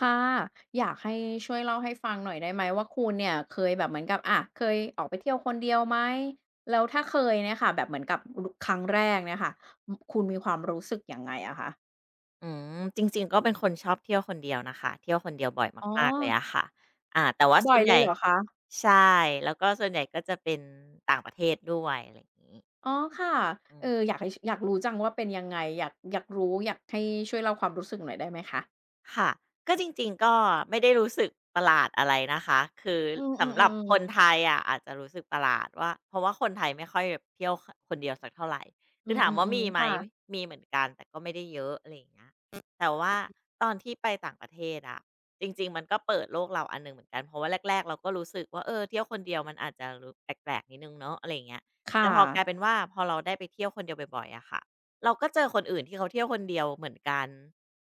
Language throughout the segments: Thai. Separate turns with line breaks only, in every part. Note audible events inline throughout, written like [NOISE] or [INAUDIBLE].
ค่ะอยากให้ช่วยเล่าให้ฟังหน่อยได้ไหมว่าคุณเนี่ยเคยแบบเหมือนกับเคยออกไปเที่ยวคนเดียวไหมแล้วถ้าเคยเนี่ยค่ะแบบเหมือนกับครั้งแรกเนี่ยค่ะคุณมีความรู้สึกยังไงอะคะ
อืมจริงๆก็เป็นคนชอบเที่ยวคนเดียวนะคะเที่ยวคนเดียวบ่อย
อ๋อ
มากๆเลยอะค่ะอ่าแต่ว่าส่
บ่
ว
อย
นให
เล
ญ่
ยเหรอคะ
ใช่แล้วก็ส่วนใหญ่ก็จะเป็นต่างประเทศด้วยอะไรอย่างงี้
อ๋อค่ะ
อื
เออ
ม
อยากให้ยากรู้จังว่าเป็นยังไงอยากรู้อยากให้ช่วยเล่าความรู้สึกหน่อยได้ไหมคะ
ค่ะก็จริงๆก็ไม่ได้รู้สึกประหลาดอะไรนะคะคือ
อื
สำหรับค
ม
น
ๆๆ
ไท
ๆ
ยอะอาจจะรู้สึกประหลาดว่าเพราะว่าคนไทยไม่ค่อยแบบเที่ยวคคนเดียวสักเท่าไรคื
อื
อถามว่า
ม
มี
ๆๆ
ไหม
ค่ะ
มีเหมือนกันแต่ก็ไม่ได้เยอะอะไรอย่างเงี้ยแต่ว่าตอนที่ไปต่างประเทศอะจริงๆมันก็เปิดโลกเราอันหนึ่งเหมือนกันเพราะว่าแรกๆเราก็รู้สึกว่าเออเที่ยวคนเดียวมันอาจจะรู้แปลกๆนิดหนึ่งเนาะอะไรอย่างเงี้ยแต่
ค่ะ
พอกลายเป็นว่าพอเราได้ไปเที่ยวคนเดียวบ่อยๆอะค่ะเราก็เจอคนอื่นที่เขาเที่ยวคนเดียวเหมือนกัน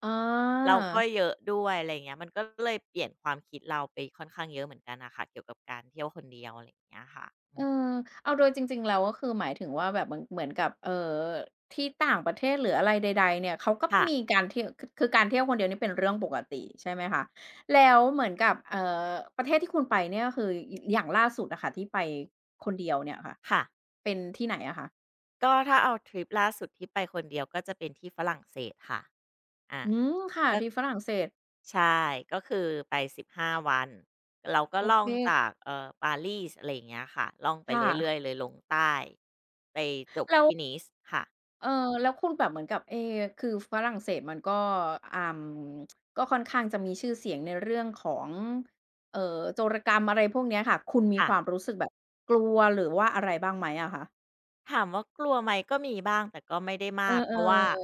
อา
เราก็เยอะด้วยอะไรอย่างเงี้ยมันก็เลยเปลี่ยนความคิดเราไปค่อนข้างเยอะเหมือนกันนะค่ะเกี่ยวกับการเที่ยวคนเดียวอะไรอย่างเงี้ยค่ะ
เออเอาโดยจริงๆแล้วก็คือหมายถึงว่าแบบเหมือนกับที่ต่างประเทศหรืออะไรใดๆเนี่ยเขาก็
ค่ะ
มีการเที่ยวคือการเที่ยวคนเดียวนี่เป็นเรื่องปกติใช่ไหมคะแล้วเหมือนกับประเทศที่คุณไปเนี่ยก็คืออย่างล่าสุดอะค่ะที่ไปคนเดียวเนี่ยค่ะ
ค่ะ
เป็นที่ไหนอะคะ
ก็ถ้าเอาทริปล่าสุดที่ไปคนเดียวก็จะเป็นที่ฝรั่งเศสค่ะอา
อืมค่ะ
ก็
ที่ฝรั่งเศส
ใช่ก็คือไป15วันเราก็
โอ
ล่อ
เค
งจากปารีสอะไรอย่างเงี้ยค่ะล่องไปเร
ค่ะ
ื่อยๆเลยลงใต้ไปจบที่ Nice ค่ะ
เออแล้วคุณแบบเหมือนกับคือฝรั่งเศสมันก็อ่มก็ค่อนข้างจะมีชื่อเสียงในเรื่องของเอ่อโจรกรรมอะไรพวกเนี้ยค่ะคุณมี
ค่ะ
ความรู้สึกแบบกลัวหรือว่าอะไรบ้างไหมอะคะ
ถามว่ากลัวไหมก็มีบ้างแต่ก็ไม่ได้
เ
มากเพราะว่า
ออ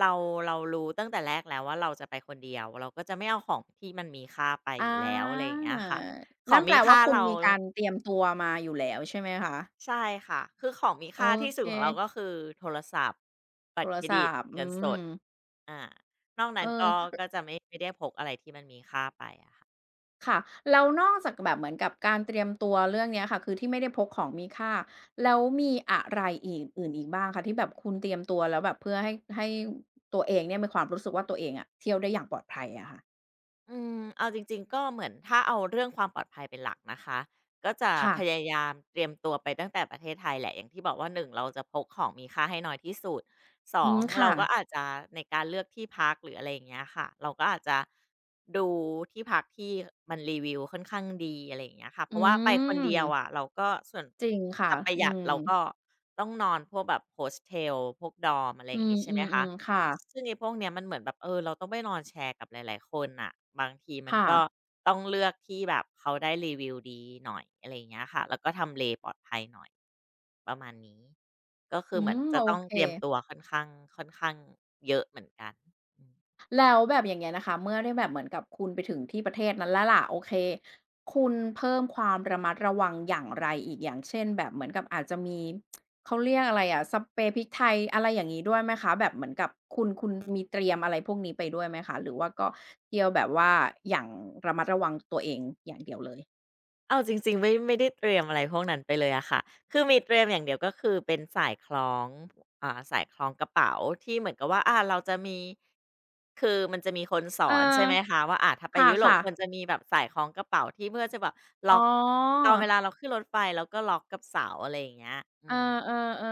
เราเรารู้ตั้งแต่แรกแล้วว่าเราจะไปคนเดียวเราก็จะไม่เอาของที่มันมีค่าไป
ๆอ
อยู่แล้วอะไรอ
า
ย่างเงี้ยค่ะขอ
นั่
ง
นแป
มี
ลว่า
ค่า
คุณ
เรา
มีการเตรียมตัวมาอยู่แล้วใช่ไหมคะ
ใช่ค่ะคือของมี
โอ
ค่าที่สุ
เค
ดของเราก็คือโทรศัพท์บั
โท
ตร
ร
เครดิ
ศั
ต
พท์อื
เงินส
ม
ดอานอกนั้
เอ
นก็
อ
ก็จะไม่ได้พกอะไรที่มันมีค่าไปอะค่ะ
ค่ะแล้วนอกจากแบบเหมือนกับการเตรียมตัวเรื่องเนี้ยค่ะคือที่ไม่ได้พกของมีค่าแล้วมีอะไรอื่นอีกบ้างคะที่แบบคุณเตรียมตัวแล้วแบบเพื่อให้ให้ตัวเองเนี่ยมีความรู้สึกว่าตัวเองอะเที่ยวได้อย่างปลอดภัยอะค่ะ
อืมเอาจริงๆก็เหมือนถ้าเอาเรื่องความปลอดภัยเป็นหลักนะคะก็จะ
ค่ะ
พยายามเตรียมตัวไปตั้งแต่ประเทศไทยแหละอย่างที่บอกว่าหนึ่งเราจะพกของมีค่าให้น้อยที่สุดส
อื
อง
ม
เรา
ค่ะ
ก็อาจจะในการเลือกที่พักหรืออะไรอย่างเงี้ยค่ะเราก็อาจจะดูที่พักที่มันรีวิวค่อนข้างดีอะไรอย่างเงี้ยค่ะเพ
อื
ราะว่าไปคนเดียวอะ
ม
เราก็ส่วน
จริงค่ะ
จะประหยั
อื
ด
ม
เราก็ต้องนอนพวกแบบ Hostel พวก Dorm อะไรอ
อื
ย่างงี้ใช่ไหม
ม
คะ
ๆๆค่ะ
ซึ่งไอ้พวกเนี้ยมันเหมือนแบบเออเราต้องไปนอนแชร์กับหลายๆคนน่ะบางทีมัน
ค่ะ
ก็ต้องเลือกที่แบบเขาได้รีวิวดีหน่อยอะไรอย่างเงี้ยค่ะแล้วก็ทำเลปลอดภัยหน่อยประมาณนี้ก็คื
อื
อเหมือน
ม
จะ
โอ
ต้อง
เค
เตรียมตัวค่อนข้างค่อนข้างเยอะเหมือนกันอืม
แล้วแบบอย่างเงี้ยนะคะเมื่อได้แบบเหมือนกับคุณไปถึงที่ประเทศนั้นแล้วล่ะโอเคคุณเพิ่มความระมัดระวังอย่างไรอีกอย่างเช่นแบบเหมือนกับอาจจะมีเขาเรียกอะไรอะสเปรย์พริกไทยอะไรอย่างงี้ด้วยไหมคะแบบเหมือนกับคุณมีเตรียมอะไรพวกนี้ไปด้วยไหมคะหรือว่าก็เที่ยวแบบว่าอย่างระมัดระวังตัวเองอย่างเดียวเลย
เอาจริงๆไม่ได้เตรียมอะไรพวกนั้นไปเลยอะค่ะ คือมีเตรียมอย่างเดียวก็คือเป็นสายคล้อง อ่าสายคล้องกระเป๋าที่เหมือนกับว่าอาเราจะมีคือมันจะมีคนส
เอ
อนใช่ไห
อ
มคะว่าอาถ้าไป
ค
ยุโรป
่ะ
ควร
ๆ
จะมีแบบสายคล้องกระเป๋าที่เพื่อจะแบบ
อ๋
ล็
อ
อกตอนเวลาเราขึ้นรถไฟแล้วก็ล็อกกับเสาอะไรอย่างเงี้ยอื
เออ
ม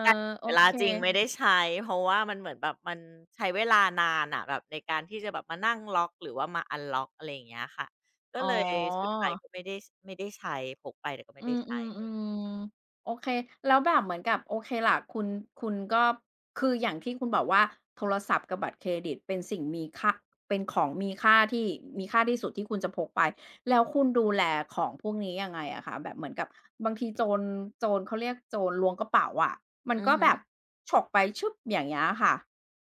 แต่
ๆๆโอ
เวลา
เค
จริงไม่ได้ใช้เพราะว่ามันเหมือนแบบมันใช้เวลานานอะแบบในการที่จะแบบมานั่งล็อกหรือว่ามาอันล็อกอะไรอย่างเงี้ยค่ะก็
อ๋อ
เลยสุดท้ายก็ไม่ได้ใช้พกไปแต่ก็ไม่
อ
ได้ใช้
ื
อ
มๆๆโอเคแล้วแบบเหมือนกับโอเคล่ะคุณคุณก็คืออย่างที่คุณบอกว่าโทรศัพท์กับบัตรเครดิตเป็นสิ่งมีค่าเป็นของมีค่ามีค่าที่สุดที่คุณจะพกไปแล้วคุณดูแลของพวกนี้ยังไงอะคะแบบเหมือนกับบางทีโจรเขาเรียกโจรล้วงกระเป๋าอะมัน
อือ
ก็
ฮึ
แบบฉกไปชึบอย่างเงี้ยค่ะ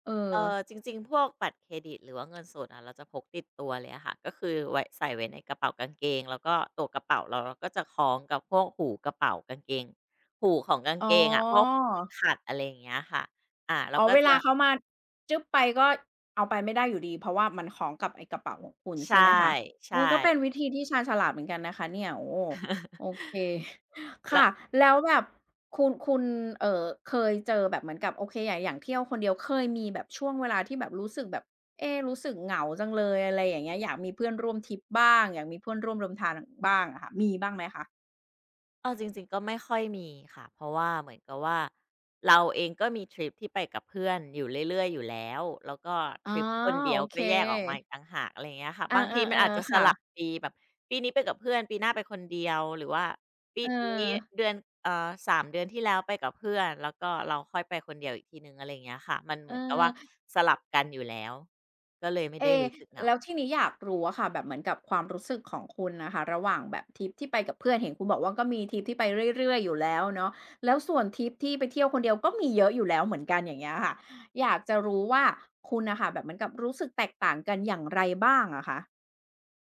เออ
จริงๆพวกบัตรเครดิตหรือว่าเงินสดอะเราจะพกติดตัวเลยอะค่ะก็คือไว้ใส่ไว้ในกระเป๋ากางเกงแล้วก็ตัวกระเป๋าเราก็จะคล้องกับพวกหูกระเป๋ากางเกงหูของกาง
อ๋อ
เกงอะพวกขัดอะไรอย่างเงี้ยค่ะอาเรา
อ๋อ
ก็
เว
จะ
ลาเขามาจึ๊บไปก็เอาไปไม่ได้อยู่ดีเพราะว่ามันคล้องกับไอ้กระเป๋าของคุณ
ใช่
ใช่ไหมคะเออก็เป็น
ๆ
วิธีที่ชาญฉลาดเหมือนกันนะคะเนี่ยโอ้โฮโอเค [LAUGHS]
แล้ว
ค่ะแล้วแบบคุณเคยเจอแบบเหมือนกับโอเคอย่างเที่ยวคนเดียวเคยมีแบบช่วงเวลาที่แบบรู้สึกแบบรู้สึกเหงาจังเลยอะไรอย่างเงี้ยอยากมีเพื่อนร่วมทริปบ้างอยากมีเพื่อนร่วมเดินทางบ้างอะค่ะมีบ้างไหมคะ
เอาจริงๆก็ไม่ค่อยมีค่ะเพราะว่าเหมือนกับว่าเราเองก็มีทริปที่ไปกับเพื่อนอยู่เรื่อยๆอยู่แล้วแล้วก็
อ๋
ท
อ
ริปคนเดีย
โอ
ว
เค
ก็แยกออกมาอีกต่างหากอะไรอย่างเงี้ยค่ะ
อา
บางทีมันอาจ
ๆ
จะ
ๆ
ส
ค่ะ
ลับปีแบบปีนี้ไปกับเพื่อนปีหน้าไปคนเดียวหรือว่าปี
เออ
นี้เดือน3เดือนที่แล้วไปกับเพื่อนแล้วก็เราค่อยไปคนเดียวอีกทีหนึ่งอะไรอย่างเงี้ยค่ะมันเห
เอ
มือนกับว่า
อ
สลับกันอยู่แล้วก็เลยไม่
เอ
ได้รู้สึกเห
แล้ว
งา
ทีนี้อยากรู้อะค่ะแบบเหมือนกับความรู้สึกของคุณน่ะค่ะระหว่างแบบทริปที่ไปกับเพื่อนเห็นคุณบอกว่าก็มีทริปที่ไปเรื่อยๆอยู่แล้วเนาะแล้วส่วนทริปที่ไปเที่ยวคนเดียวก็มีเยอะอยู่แล้วเหมือนกันอย่างเงี้ยค่ะอยากจะรู้ว่าคุณน่ะค่ะแบบเหมือนกับรู้สึกแตกต่างกันอย่างไรบ้างอะคะ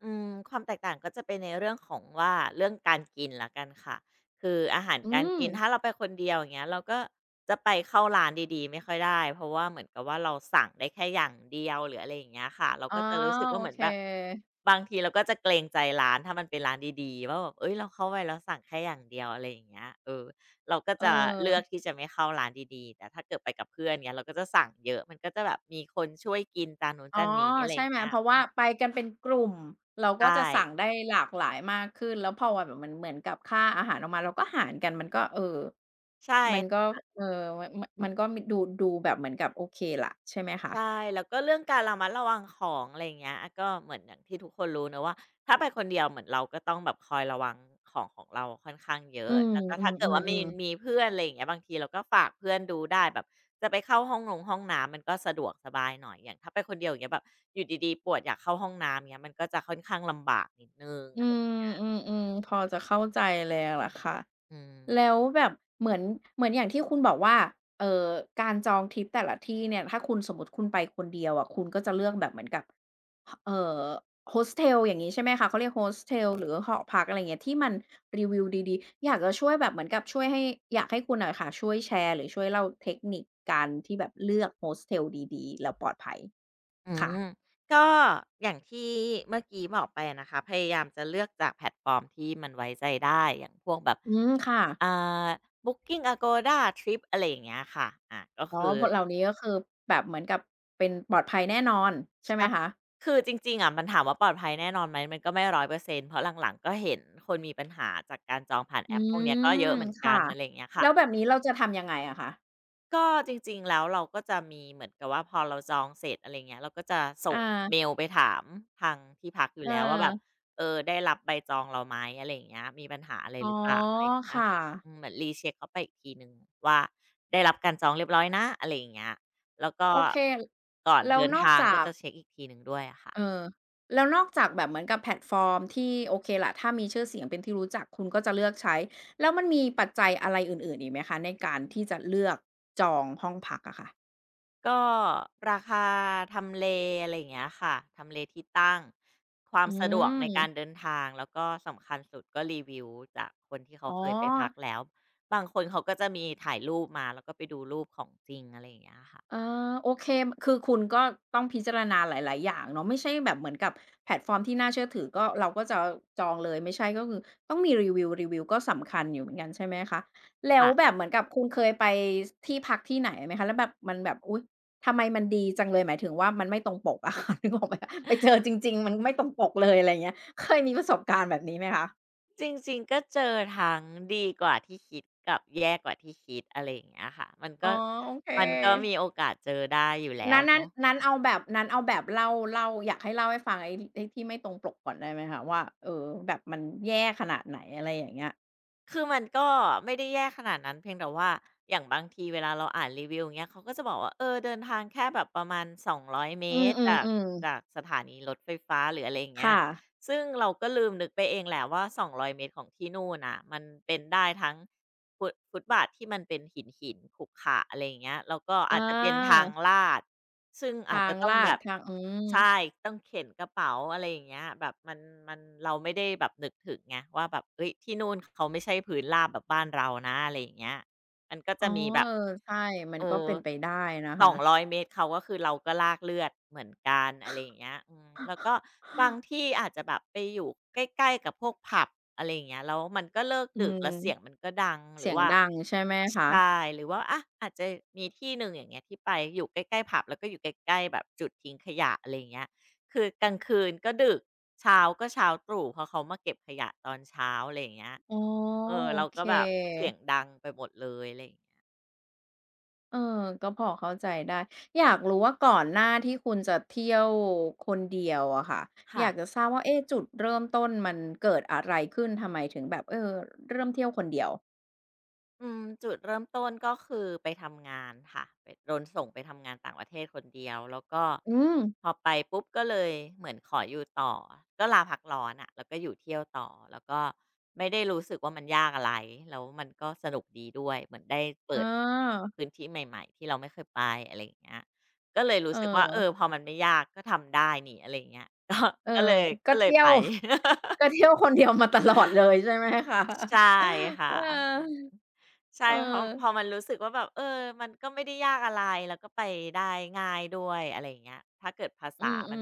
อืมความแตกต่างก็จะเป็นในเรื่องของว่าเรื่องการกินละกันค่ะคืออาหาร
อื
การ
ม
กินถ้าเราไปคนเดียวอย่างเงี้ยเราก็จะไปเข้าร้านดีๆไม่ค่อยได้เพราะว่าเหมือนกับว่าเราสั่งได้แค่อย่างเดียวหรืออะไรอย่างเงี้ยค่ะเรา
อ๋อ
ก็จะรู้สึกว่า
โอ
เหมือน
เค
แบบบางทีเราก็จะเกรงใจร้านถ้ามันเป็นร้านดีๆว่าแบบเฮ้ยเราเข้าไปแล้วสั่งแค่อย่างเดียวอะไรอย่างเงี้ยเราก็
เอ
จะเลือก
อ
ที่จะไม่เข้าร้านดีๆแต่ถ้าเกิดไปกับเพื่อนเงี้ยเราก็จะสั่งเยอะมันก็จะแบบมีคนช่วยกินจานนู้น
อ๋อ
จานนี้อะไรอ
ใช่
ย่าง
ไหม
เงี้ย
เพราะว่าไปกันเป็นกลุ่มเราก็
ใช่
จะสั่งได้หลากหลายมากขึ้นแล้วพอแบบมันเหมือนกับค่าอาหารออกมาเราก็หารกันมันก็เออมัน
ใช่
ก็เออมันก็มีดูแบบเหมือนกับโอเคล่ะใช่ไหมคะ
ใช่แล้วก็เรื่องการระมัดระวังของอะไรอย่างเงี้ยอะก็เหมือนอย่างที่ทุกคนรู้เนาะว่าถ้าไปคนเดียวเหมือนเราก็ต้องแบบคอยระวังของเราค่อนข้างเย
อื
อะ
ม
แล้วก็
อื
ถ้าเกิดว่ามี
อๆๆ
เพื่อนอะไรอย่างเงี้ยบางทีเราก็ฝากเพื่อนดูได้แบบจะไปเข้าห้องน้ำมันก็สะดวกสบายหน่อยอย่างถ้าไปคนเดียวอย่างเงี้ยแบบอยู่ดีๆปวดอยากเข้าห้องน้ำเงี้ยมันก็จะค่อนข้างลำบากนิดหนึ่ง
อ
อะไร
ืมๆๆพอจะเข้าใจเลยล่ะค่ะ
อืม
แล้วแบบเหมือนเหมือนอย่างที่คุณบอกว่าเอ่อการจองทริปแต่ละที่เนี่ยถ้าคุณสมมุติคุณไปคนเดียวอะคุณก็จะเลือกแบบเหมือนกับหเอ่อโฮสเทลอย่างงี้ใช่ไหมคะเขาเรียกโฮสเทลหรือหอพักอะไรอย่างเงี้ยที่มันรีวิวดีๆอยากจะช่วยแบบเหมือนกับช่วยให้อยากให้คุณอะค่ะช่วยแชร์หรือช่วยเล่าเทคนิคการที่แบบเลือกโฮสเทลดีๆแล้วปลอดภัย
อื
ค่ะ
มก็อย่างที่เมื่อกี้บอกไปอะนะคะพยายามจะเลือกจากแพลตฟอร์มที่มันไว้ใจได้อย่างพวกแบบ
อืมค่ะ
อ่า b o o ิ i n g โก o d าทริปอะไรอย่างเงี้ยค่ะอ่ะก็
อ๋อ
คือ
พวกเหล่านี้ก็คือแบบเหมือนกับเป็นปลอดภัยแน่นอนใช่ไหม
ใช่
คะ
คือจริงๆอ่ะมันถามว่าปลอดภัยแน่นอนไหมมันก็ไม่ร้อยเปอร์เซ็นต์เพราะหลังๆก็เห็นคนมีปัญหาจากการจองผ่าน
อื
แอปพวกเนี้ยก็
ม
เยอะเหมือนกั
ค่ะ
นอะไรอย่างเงี้ย
แล้
ค่ะ
วแบบนี้เราจะทำยังไงอะคะ
ก็จริงๆแล้วเราก็จะมีเหมือนกับว่าพอเราจองเสร็จอะไรเงี้ยเราก็จะ
อ
ส่งเม
า
ลไปถามทางที่พักอยู่
เอ
แล้วว่าแบบ
อ
ได้รับใบจองเราไหมอะไรอย่างเงี้ยมีปัญหาอะไร
อ๋
ห
อ
รือเปล่าอะไรอย่างเงี้ย
ค่ะ
ค่ะอืมเหมือนรีเช็กเขาไปอีกทีหนึ่งว่าได้รับการจองเรียบร้อยนะอะไรอย่างเงี้ยแล้วก็
โอเค
ก่อน
แล้ว
เดิน
นอก
ทางก็
จาก
จะเช็กอีกทีหนึ่งด้วยอะค่ะ
เอ่อแล้วนอกจากแบบเหมือนกับแพลตฟอร์มที่โอเคล่ะถ้ามีชื่อเสียงเป็นที่รู้จักคุณก็จะเลือกใช้แล้วมันมีปัจจัยอะไรอื่นๆอีกไหมคะในการที่จะเลือกจองห้องพักอะค่ะ
ก็ราคาทำเลอะไรอย่างเงี้ยค่ะทำเลที่ตั้งความ
อื
สะดวกในการเดิ
ม
นทางแล้วก็สำคัญสุดก็รีวิวจากคนที่เขา
อ๋อ
เคยไปพักแล้วบางคนเขาก็จะมีถ่ายรูปมาแล้วก็ไปดูรูปของจริงอะไรอย่างเงี้ยค่ะ
อาโอเคคือคุณก็ต้องพิจารณาหลายๆอย่างเนาะไม่ใช่แบบเหมือนกับแพลตฟอร์มที่น่าเชื่อถือก็เราก็จะจองเลยไม่ใช่ก็คือต้องมีรีวิวรีวิวก็สำคัญอยู่เหมือนกันใช่ไหมคะแล้ว
ค่ะ
แบบเหมือนกับคุณเคยไปที่พักที่ไหนไหมคะแล้วแบบมันแบบอุ๊ยทำไมมันดีจังเลยหมายถึงว่ามันไม่ตรงปกอะค่ะ [LAUGHS] นึกออกไหมคะไปเจอจริงๆมันไม่ตรงปกเลยอะไรอย่างเงี้ยเคยมีประสบการณ์แบบนี้ไหมคะ
จริงๆก็เจอทั้งดีกว่าที่คิดกับแย่กว่าที่คิดอะไรอย่างเงี้ยค่ะมัน
อ๋อ
ก็
โอเค
มีโอกาสเจอได้อยู่แล้ว
นั้นนั้น
เนาะ
นั้นเอาแบบนั้นเอาแบบเล่าอยากให้เล่าให้ฟังไอ้ที่ไม่ตรงปกก่อนได้ไหมคะว่าเออแบบมันแย่ขนาดไหนอะไรอย่างเงี้ย
คือมันก็ไม่ได้แย่ขนาดนั้นเพียงแต่ว่าอย่างบางทีเวลาเราอ่านรีวิวอย่างเงี้ยเขาก็จะบอกว่าเออเดินทางแค่แบบประมาณ200เม
อื
ตร
มๆ
จาก
ๆ
สถานีรถไฟฟ้าหรืออะไรอย่างเงี้ย
ค่ะ
ซึ่งเราก็ลืมนึกไปเองแหละว่า200เมตรของที่นู่นน่ะมันเป็นได้ทั้งฟุตบาทที่มันเป็นหินๆขรุขระอะไรอย่างเงี้ยแล้วก็
อ
อาจจะเป็นทาง
า
ลาด ซึ่งอาจ
ทา
จะ
ง
ต้อง
ลา
แบ
ด
บ
ทางอืม
ใช่ต้องเข็นกระเป๋าอะไรอย่างเงี้ยแบบมันเราไม่ได้แบบนึกถึงไงว่าแบบเฮ้ยที่นู่นเขาไม่ใช่พื้นราบแบบบ้านเรานะอะไรอย่างเงี้ยมันก็
อ๋
จะ
อ
มีแบบ
เออใช่มั
เอ
นก็
อ
เป็นไปได้นะคะ
200เมตรเขาก็คือเราก็ลากเลือดเหมือนกันอะไรอย่างเงี้ยอืมแล้วก็บาง
[GASPS]
ที่อาจจะแบบไปอยู่ใกล้ๆกับพวกผับอะไรอย่างเงี้ยแล้วมันก็เลิก
อื
ดึก
ม
แล้วเสียงมันก็ดังหรื
เสี
อ
ยง
ว่า
ดังใช่ไหมคะ
ใช่หรือว่าอะอาจจะมีที่หนึ่งอย่างเงี้ยที่ไปอยู่ใกล้ๆผับแล้วก็อยู่ใกล้ๆแบบจุดทิ้งขยะอะไรอย่างเงี้ยคือกลางคืนก็ดึกเช้าก็เช้าตรู่เพราะเขามาเก็บขยะตอนเช้าอะไรอย่างเงี้ย
อ๋อโอ
เรา
เค
ก็แบบเสียงดังไปหมดเลยอะไรอย่างเงี้ย
เออก็พอเข้าใจได้ อยากรู้ว่าก่อนหน้าที่คุณจะเที่ยวคนเดียวอะค่ะอ
ค่ะ
ยากจะทราบว่าเอ๊ะจุดเริ่มต้นมันเกิดอะไรขึ้น ทำไมถึงแบบเออเริ่มเที่ยวคนเดียว
อืมจุดเริ่มต้นก็คือไปทำงานค่ะไปโดนส่งไปทำงานต่างประเทศคนเดียวแล้วก็
อืม
พอไปปุ๊บก็เลยเหมือนขออยู่ต่อก็ลาพักร้อนอะแล้วก็อยู่เที่ยวต่อแล้วก็ไม่ได้รู้สึกว่ามันยากอะไรแล้วมันก็สนุกดีด้วยเหมือนได้เปิ
อ
ด
า
พื้นที่ใหม่ๆที่เราไม่เคยไปอะไรอย่างเงี้ยก็เลยรู้
เอ
สึกว่า
อ
พอมันไม่ยากก็ทำได้นี่อะไรอย่างเงี้ย [LAUGHS] ก็
เออก็
ก็เลย
เที่ย
ไป
ว
[LAUGHS]
[LAUGHS] ก็เที่ยวคนเดียวมาตลอดเลยใช่ไหมคะ
ใช่
[LAUGHS] เอ
ค่ะ
อ
ใช่
เออ
พอมันรู้สึกว่าแบบเออมันก็ไม่ได้ยากอะไรแล้วก็ไปได้ง่ายด้วยอะไรอย่างเงี้ยถ้าเกิดภา
อื
ษา
อ
มัน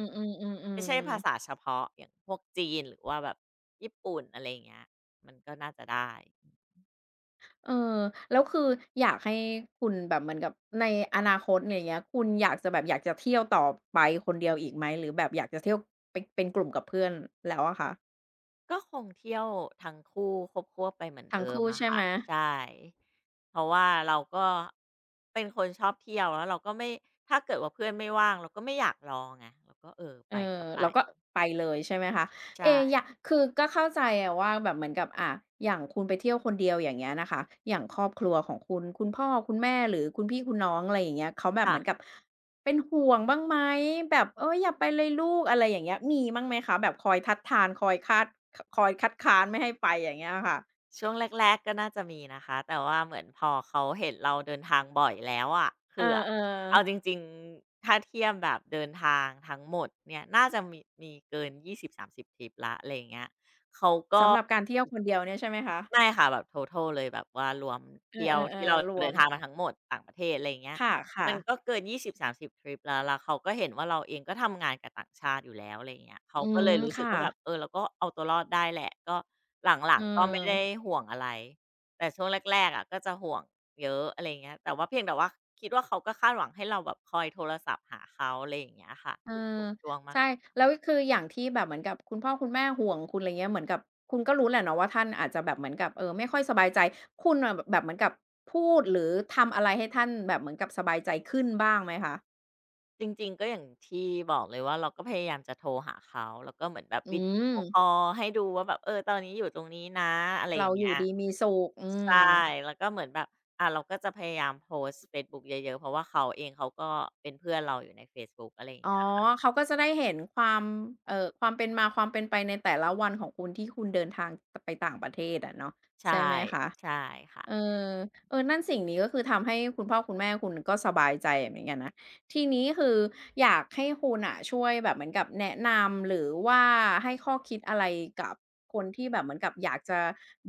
ไม่ใช่
ๆ
ภา
ๆๆ
ษา
ๆ
เฉพาะอย่างพวกจีนหรือว่าแบบญี่ปุ่นอะไรอย่างเงี้ยมันก็น่าจะได้
เออแล้วคืออยากให้คุณแบบเหมือนกับในอนาคตเนี่ยอย่างเงี้ยคุณอยากจะแบบอยากจะเที่ยวต่อไปคนเดียวอีกไหมหรือแบบอยากจะเที่ยวเป็นกลุ่มกับเพื่อนแล้วอะคะ
ก็คงเที่ยวทั้งคู่ควบๆไปเหมือน
ทั้ง
เดิม
คู่
อะ
ใช่
ค่ะ
ไหม
ใช่เพราะว่าเราก็เป็นคนชอบเที่ยวแล้วเราก็ไม่ถ้าเกิดว่าเพื่อนไม่ว่างเราก็ไม่อยากรอไงเราก็เออไป
เออ
ก็ไป
เราก็ไปเลยใช่ไหมคะ
ใช่
เออยากคือก็เข้าใจอะว่าแบบเหมือนกับอ่าอย่างคุณไปเที่ยวคนเดียวอย่างเงี้ยนะคะอย่างครอบครัวของคุณคุณพ่อคุณแม่หรือคุณพี่คุณน้องอะไรอย่างเงี้ยเขาแบบเห
ค่ะ
มือนกับเป็นห่วงบ้างไหมแบบเอ้ยอย่าไปเลยลูกอะไรอย่างเงี้ยมีบ้างไหมคะแบบคอยทัดทานคอยคาดคอยคัดค้านไม่ให้ไปอย่างเงี้ยค่ะ
ช่วงแรกๆก็น่าจะมีนะคะแต่ว่าเหมือนพอเขาเห็นเราเดินทางบ่อยแล้วอะ
เอ
คื
อ
ออะเอาจ
ๆ
ริงๆถ้าเทียบแบบเดินทางทั้งหมดเนี่ยน่าจะมีเกิน20-30ทริปแล้วอะไรอย่างเงี้ย
สำหรับการเที่ยวคนเดียวเนี่ยใช่ไหมคะ
ไม่ค่ะแบบ total เลยแบบว่ารวม
เอ
เที่ยว
อ
ที่เรา
ๆๆรว
เดิ
ม
นทางมาทั้งหมดต่างประเทศอะไรอย่างเงี้ย
ค่ะ
มัน
ๆ
ก็เกิน20-30ทริปแล้วแล้วเขาก็เห็นว่าเราเองก็ทำงานกับต่างชาติอยู่แล้วอะไรอย่างเงี้ยเขา
อื
ก็เล
ม
ยรู้สึก
ค่ะ
ว่าแบบเออเราก็เอาตัวรอดได้แหละก็หลั
เอ
งๆก็ไม่ได้
อ
ห่วงอะไรแต่ช่วงแรกๆอะก็จะห่วงเยอะอะไรอย่างเงี้ยแต่ว่าเพียงแต่ว่าคิดว่าเขาก็คาดหวังให้เราแบบคอยโทรศัพท์หาเขาอะไรอย่างเงี้ยค่ะ
เอ
เป็นช
อ
่วงๆมา
ใช่
ก
แล้วคืออย่างที่แบบเหมือนกับคุณพ่อคุณแม่ห่วงคุณอะไรเงี้ยเหมือนกับคุณก็รู้แหละเนาะว่าท่านอาจจะแบบเหมือนกับไม่ค่อยสบายใจคุณน่ะแบบเหมือนกับพูดหรือทำอะไรให้ท่านแบบเหมือนกับสบายใจขึ้นบ้างไหมคะ
จริงๆก็อย่างที่บอกเลยว่าเราก็พยายามจะโทรหาเขาแล้วก็เหมือนแบบ
อื
วิดีโอ
ม
คอลให้ดูว่าแบบเออตอนนี้อยู่ตรงนี้นะอะไรอ
เรา
ย่าง
อ
เงี้ย
ยู่ดีมีสุขอื
ใช่
ม
แล้วก็เหมือนแบบเราก็จะพยายามโพสต์เฟซบุ๊กเยอะๆเพราะว่าเขาเองเขาก็เป็นเพื่อนเราอยู่ในเฟซบุ๊กอะไรอย่าง
อ๋อ
เงี้ย
เขาก็จะได้เห็นความความเป็นมาความเป็นไปในแต่ละวันของคุณที่คุณเดินทางตไปต่างประเทศอะเนาะใช่
ใช่
ไหมคะ
ใช่ค่ะ
เออเออนั่นสิ่งนี้ก็คือทำให้คุณพ่อคุณแม่คุณก็สบายใจเหมือนกันนะ ทีนี้คืออยากให้คุณน่ะช่วยแบบเหมือนกับแนะนำหรือว่าให้ข้อคิดอะไรกับคนที่แบบเหมือนกับอยากจะ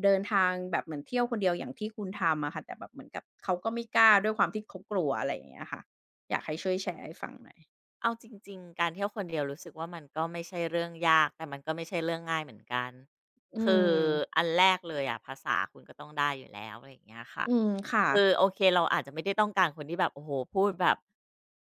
เดินทางแบบเหมือนเที่ยวคนเดียวอย่างที่คุณทำอะค่ะแต่แบบเหมือนกับเขาก็ไม่กล้าด้วยความที่เขากลัวอะไรอย่างเงี้ยค่ะอยากให้ช่วยแชร์ให้ฟังหน่อย
เอาจริงๆการเที่ยวคนเดียวรู้สึกว่ามันก็ไม่ใช่เรื่องยากแต่มันก็ไม่ใช่เรื่องง่ายเหมือนกัน
อื
คือ
ม
อันแรกเลยอะภาษาคุณก็ต้องได้อยู่แล้วอะไรอย่างเงี้ยค่ะ
อืม ค่ะ
คือโอเคเราอาจจะไม่ได้ต้องการคนที่แบบโอ้โหพูดแบบ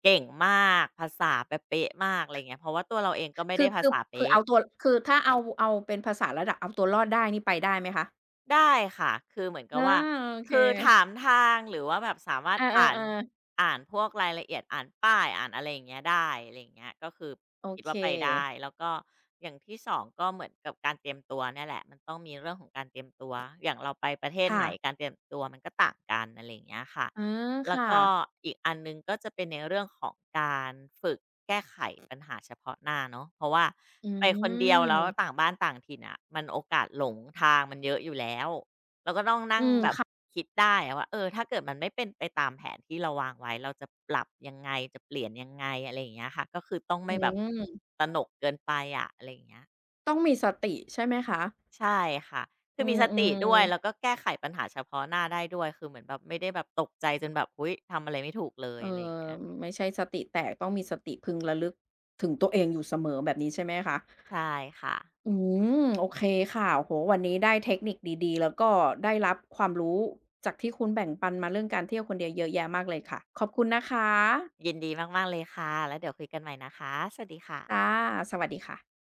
เก่งมากภาษาแบบเป๊ะมากอะไรเงี้ยเพราะว่าตัวเราเองก็ไม่
คื
ได้
อ
ภา
คือ
ษา
คือ
เป๊ะ
เอาตัวคือถ้าเอาเอาเป็นภาษาระดับเอาตัวรอดได้ นี่ไปได้ไหมคะ
ได้ค่ะคือเหมือนกับ
อา
ว่า
โอเค
คือถามทางหรือว่าแบบสามารถ
อา
อ่าน
ๆๆ
อ่านพวกรายละเอียดอ่านป้ายอ่านอะไรอย่างเงี้ยได้อะไรอย่างเงี้ยก็คือ
โอ
คิด
เค
ว่าไปได้แล้วก็อย่างที่2ก็เหมือนกับการเตรียมตัวเนี่ยแหละมันต้องมีเรื่องของการเตรียมตัวอย่างเราไปประเทศไห
ค่ะ
นการเตรียมตัวมันก็ต่างกันอะไรอย่างเงี้ยค่ะ
อา
แล้ว
ค่ะ
ก็อีกอันหนึ่งก็จะเป็นในเรื่องของการฝึกแก้ไขปัญหาเฉพาะหน้าเนาะเพราะว่า
อื
ไปคนเดียวแล้วต่า
ม
งบ้านต่างถิ่นอะะมันโอกาสหลงทางมันเยอะอยู่แล้วเราก็ต้องนั่
อื
ง
ม
แบบ
ค่ะ
คิดได้อะว่าเออถ้าเกิดมันไม่เป็นไปตามแผนที่เราวางไว้เราจะปรับยังไงจะเปลี่ยนยังไงอะไรอย่างเงี้ยค่ะก็คือต้อง
อื
ไม่แบบ
ม
ตระหนกเกินไปอะอะไรอย่างเงี้ย
ต้องมีสติใช่ไหมคะ
ใช่ค่ะ คื
อื
อมีสติ
ม
ด้วย แล้วก็
ๆ
แก้ไขปัญหาเฉพาะหน้าได้ด้วย คือเหมือนแบบไม่ได้แบบตกใจจนแบบอุ๊ยทำอะไรไม่ถูกเลย
เออ
อะไรอย่างเงี้ย
ไม่ใช่สติแตกต้องมีสติพึงระลึกถึงตัวเองอยู่เสมอแบบนี้ใช่ไหมคะ
ใช่ค่ะ
อืมโอเคค่ะโอ้โหวันนี้ได้เทคนิคดีๆแล้วก็ได้รับความรู้จากที่คุณแบ่งปันมาเรื่องการเที่ยวคนเดียวเยอะแยะมากเลยค่ะขอบคุณนะคะ
ยินดีมากๆเลยค่ะ แล้วเดี๋ยวคุยกันใหม่นะคะ สวัสดีค่ะ
ค่ะสวัสดีค่ะ